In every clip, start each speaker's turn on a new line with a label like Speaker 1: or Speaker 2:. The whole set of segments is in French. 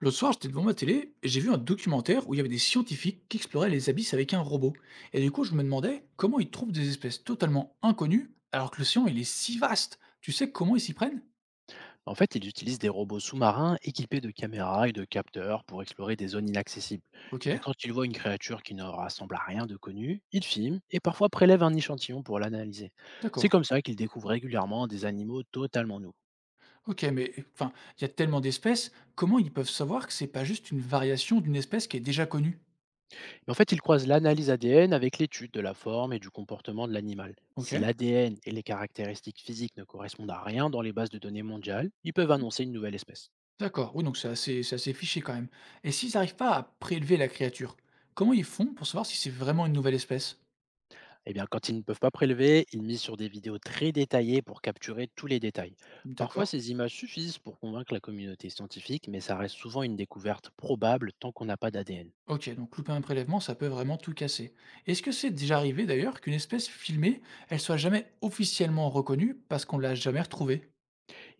Speaker 1: L'autre soir, j'étais devant ma télé et j'ai vu un documentaire où il y avait des scientifiques qui exploraient les abysses avec un robot. Et du coup, je me demandais comment ils trouvent des espèces totalement inconnues alors que l'océan il est si vaste. Tu sais comment ils s'y prennent?
Speaker 2: En fait, ils utilisent des robots sous-marins équipés de caméras et de capteurs pour explorer des zones inaccessibles.
Speaker 1: Ok,
Speaker 2: Et puis quand ils voient une créature qui ne rassemble à rien de connu, ils filment et parfois prélèvent un échantillon pour l'analyser. C'est
Speaker 1: d'accord.
Speaker 2: comme ça qu'ils découvrent régulièrement des animaux totalement nouveaux.
Speaker 1: Ok, mais enfin, il y a tellement d'espèces, comment ils peuvent savoir que c'est pas juste une variation d'une espèce qui est déjà connue?
Speaker 2: Mais en fait, ils croisent l'analyse ADN avec l'étude de la forme et du comportement de l'animal.
Speaker 1: Ok,
Speaker 2: Si l'ADN et les caractéristiques physiques ne correspondent à rien dans les bases de données mondiales, ils peuvent annoncer une nouvelle espèce.
Speaker 1: d'accord. Oui, donc c'est assez fiché quand même. Et s'ils n'arrivent pas à prélever la créature, comment ils font pour savoir si c'est vraiment une nouvelle espèce?
Speaker 2: Eh bien, quand ils ne peuvent pas prélever, ils misent sur des vidéos très détaillées pour capturer tous les détails. Parfois,
Speaker 1: D'accord.
Speaker 2: ces images suffisent pour convaincre la communauté scientifique, mais ça reste souvent une découverte probable tant qu'on n'a pas d'ADN.
Speaker 1: OK, donc louper un prélèvement, ça peut vraiment tout casser. Est-ce que c'est déjà arrivé d'ailleurs qu'une espèce filmée, elle soit jamais officiellement reconnue parce qu'on l'a jamais retrouvée?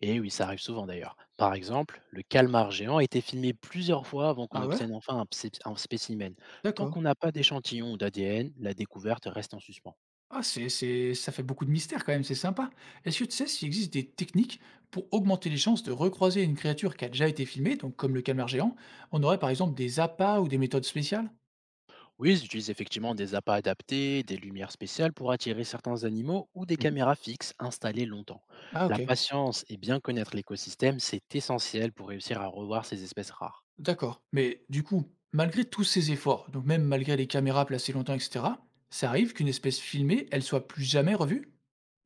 Speaker 2: Et oui, ça arrive souvent d'ailleurs. Par exemple, le calmar géant a été filmé plusieurs fois avant qu'on
Speaker 1: Ah ouais?
Speaker 2: obtienne enfin un spécimen. Tant
Speaker 1: D'accord.
Speaker 2: qu'on n'a pas d'échantillon ou d'ADN, la découverte reste en suspens.
Speaker 1: Ah, ça fait beaucoup de mystère quand même, c'est sympa. Est-ce que tu sais s'il existe des techniques pour augmenter les chances de recroiser une créature qui a déjà été filmée, donc comme le calmar géant? On aurait par exemple des appâts ou des méthodes spéciales?
Speaker 2: Oui, ils utilisent effectivement des appâts adaptés, des lumières spéciales pour attirer certains animaux ou des
Speaker 1: Mhm.
Speaker 2: caméras fixes installées longtemps.
Speaker 1: Ah
Speaker 2: La
Speaker 1: ok.
Speaker 2: patience et bien connaître l'écosystème, c'est essentiel pour réussir à revoir ces espèces rares.
Speaker 1: D'accord. Mais du coup, malgré tous ces efforts, donc même malgré les caméras placées longtemps, etc., ça arrive qu'une espèce filmée, elle soit plus jamais revue?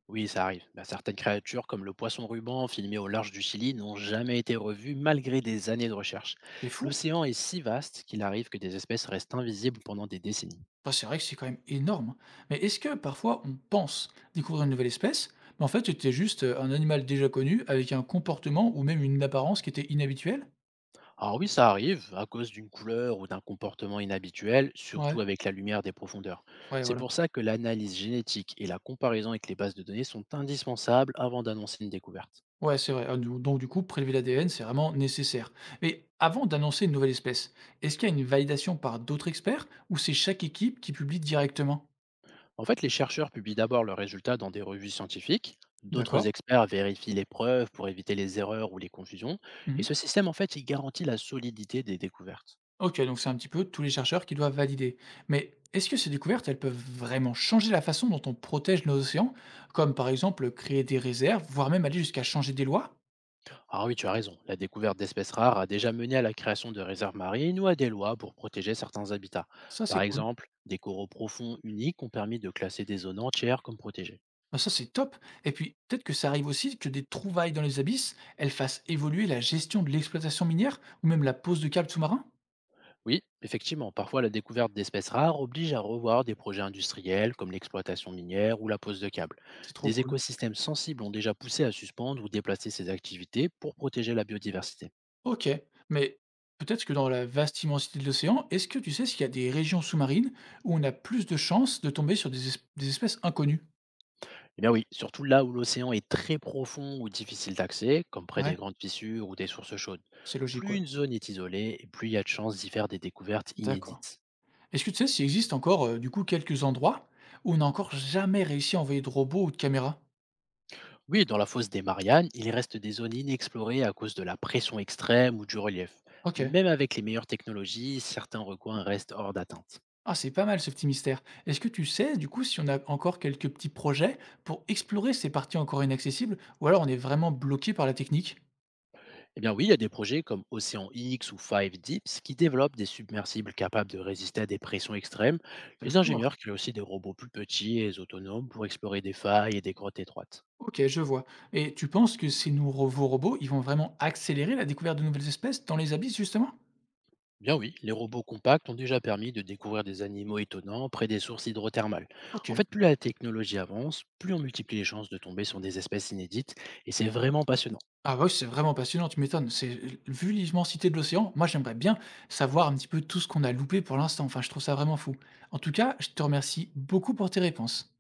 Speaker 2: Oui, ça arrive. Bah, certaines créatures, comme le poisson ruban filmé au large du Chili, n'ont jamais été revues malgré des années de recherche.
Speaker 1: C'est fou.
Speaker 2: L'océan est si vaste qu'il arrive que des espèces restent invisibles pendant des décennies.
Speaker 1: Enfin, c'est vrai que c'est quand même énorme. Mais est-ce que parfois on pense découvrir une nouvelle espèce, mais en fait c'était juste un animal déjà connu avec un comportement ou même une apparence qui était inhabituelle?
Speaker 2: Alors oui, ça arrive à cause d'une couleur ou d'un comportement inhabituel,
Speaker 1: Ouais,
Speaker 2: surtout avec la lumière des profondeurs.
Speaker 1: ouais,
Speaker 2: C'est
Speaker 1: voilà.
Speaker 2: pour ça que l'analyse génétique et la comparaison avec les bases de données sont indispensables avant d'annoncer une découverte.
Speaker 1: Ouais, c'est vrai. Donc du coup, prélever l'ADN, c'est vraiment nécessaire. Mais avant d'annoncer une nouvelle espèce, est-ce qu'il y a une validation par d'autres experts ou c'est chaque équipe qui publie directement?
Speaker 2: En fait, les chercheurs publient d'abord leurs résultats dans des revues scientifiques, d'autres
Speaker 1: D'accord.
Speaker 2: experts vérifient les preuves pour éviter les erreurs ou les confusions, et
Speaker 1: Mmh.
Speaker 2: ce système, en fait, il garantit la solidité des découvertes.
Speaker 1: OK, donc c'est un petit peu tous les chercheurs qui doivent valider. Mais est-ce que ces découvertes, elles peuvent vraiment changer la façon dont on protège nos océans? Comme par exemple créer des réserves, voire même aller jusqu'à changer des lois?
Speaker 2: Ah oui, tu as raison. La découverte d'espèces rares a déjà mené à la création de réserves marines ou à des lois pour protéger certains habitats.
Speaker 1: Ça,
Speaker 2: Par
Speaker 1: c'est cool.
Speaker 2: exemple, des coraux profonds uniques ont permis de classer des zones entières comme protégées.
Speaker 1: Ah ça, c'est top, et puis peut-être que ça arrive aussi que des trouvailles dans les abysses, elles fassent évoluer la gestion de l'exploitation minière ou même la pose de câbles sous-marins?
Speaker 2: Oui, effectivement, parfois la découverte d'espèces rares oblige à revoir des projets industriels comme l'exploitation minière ou la pose de câbles.
Speaker 1: C'est trop
Speaker 2: Des
Speaker 1: cool.
Speaker 2: écosystèmes sensibles ont déjà poussé à suspendre ou déplacer ces activités pour protéger la biodiversité.
Speaker 1: OK, mais peut-être que dans la vaste immensité de l'océan, est-ce que tu sais s'il y a des régions sous-marines où on a plus de chances de tomber sur des espèces inconnues?
Speaker 2: Eh bien oui, surtout là où l'océan est très profond ou difficile d'accès, comme près des
Speaker 1: Ouais.
Speaker 2: grandes fissures ou des sources chaudes.
Speaker 1: C'est logique,
Speaker 2: Plus
Speaker 1: ouais.
Speaker 2: une zone est isolée, et plus il y a de chances d'y faire des découvertes
Speaker 1: D'accord.
Speaker 2: inédites.
Speaker 1: Est-ce que tu sais s'il existe encore, du coup, quelques endroits où on n'a encore jamais réussi à envoyer de robots ou de caméras?
Speaker 2: Oui, dans la fosse des Mariannes, il reste des zones inexplorées à cause de la pression extrême ou du relief.
Speaker 1: OK.
Speaker 2: Même avec les meilleures technologies, certains recoins restent hors d'atteinte.
Speaker 1: Ah, c'est pas mal ce petit mystère. Est-ce que tu sais, du coup, si on a encore quelques petits projets pour explorer ces parties encore inaccessibles ou alors on est vraiment bloqué par la technique?
Speaker 2: Eh bien oui, il y a des projets comme Océan X ou Five Deeps qui développent des submersibles capables de résister à des pressions extrêmes. Les
Speaker 1: D'accord.
Speaker 2: ingénieurs créent aussi des robots plus petits et autonomes pour explorer des failles et des grottes étroites.
Speaker 1: OK, je vois. Et tu penses que ces nouveaux robots, ils vont vraiment accélérer la découverte de nouvelles espèces dans les abysses, justement?
Speaker 2: Eh bien oui, les robots compacts ont déjà permis de découvrir des animaux étonnants près des sources hydrothermales. En
Speaker 1: OK.
Speaker 2: fait, plus la technologie avance, plus on multiplie les chances de tomber sur des espèces inédites, et c'est vraiment passionnant.
Speaker 1: Ah bah oui, c'est vraiment passionnant, tu m'étonnes. C'est, vu l'immensité de l'océan, moi j'aimerais bien savoir un petit peu tout ce qu'on a loupé pour l'instant. Enfin, je trouve ça vraiment fou. En tout cas, je te remercie beaucoup pour tes réponses.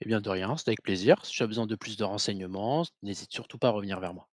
Speaker 2: Eh bien de rien, c'est avec plaisir. Si tu as besoin de plus de renseignements, n'hésite surtout pas à revenir vers moi.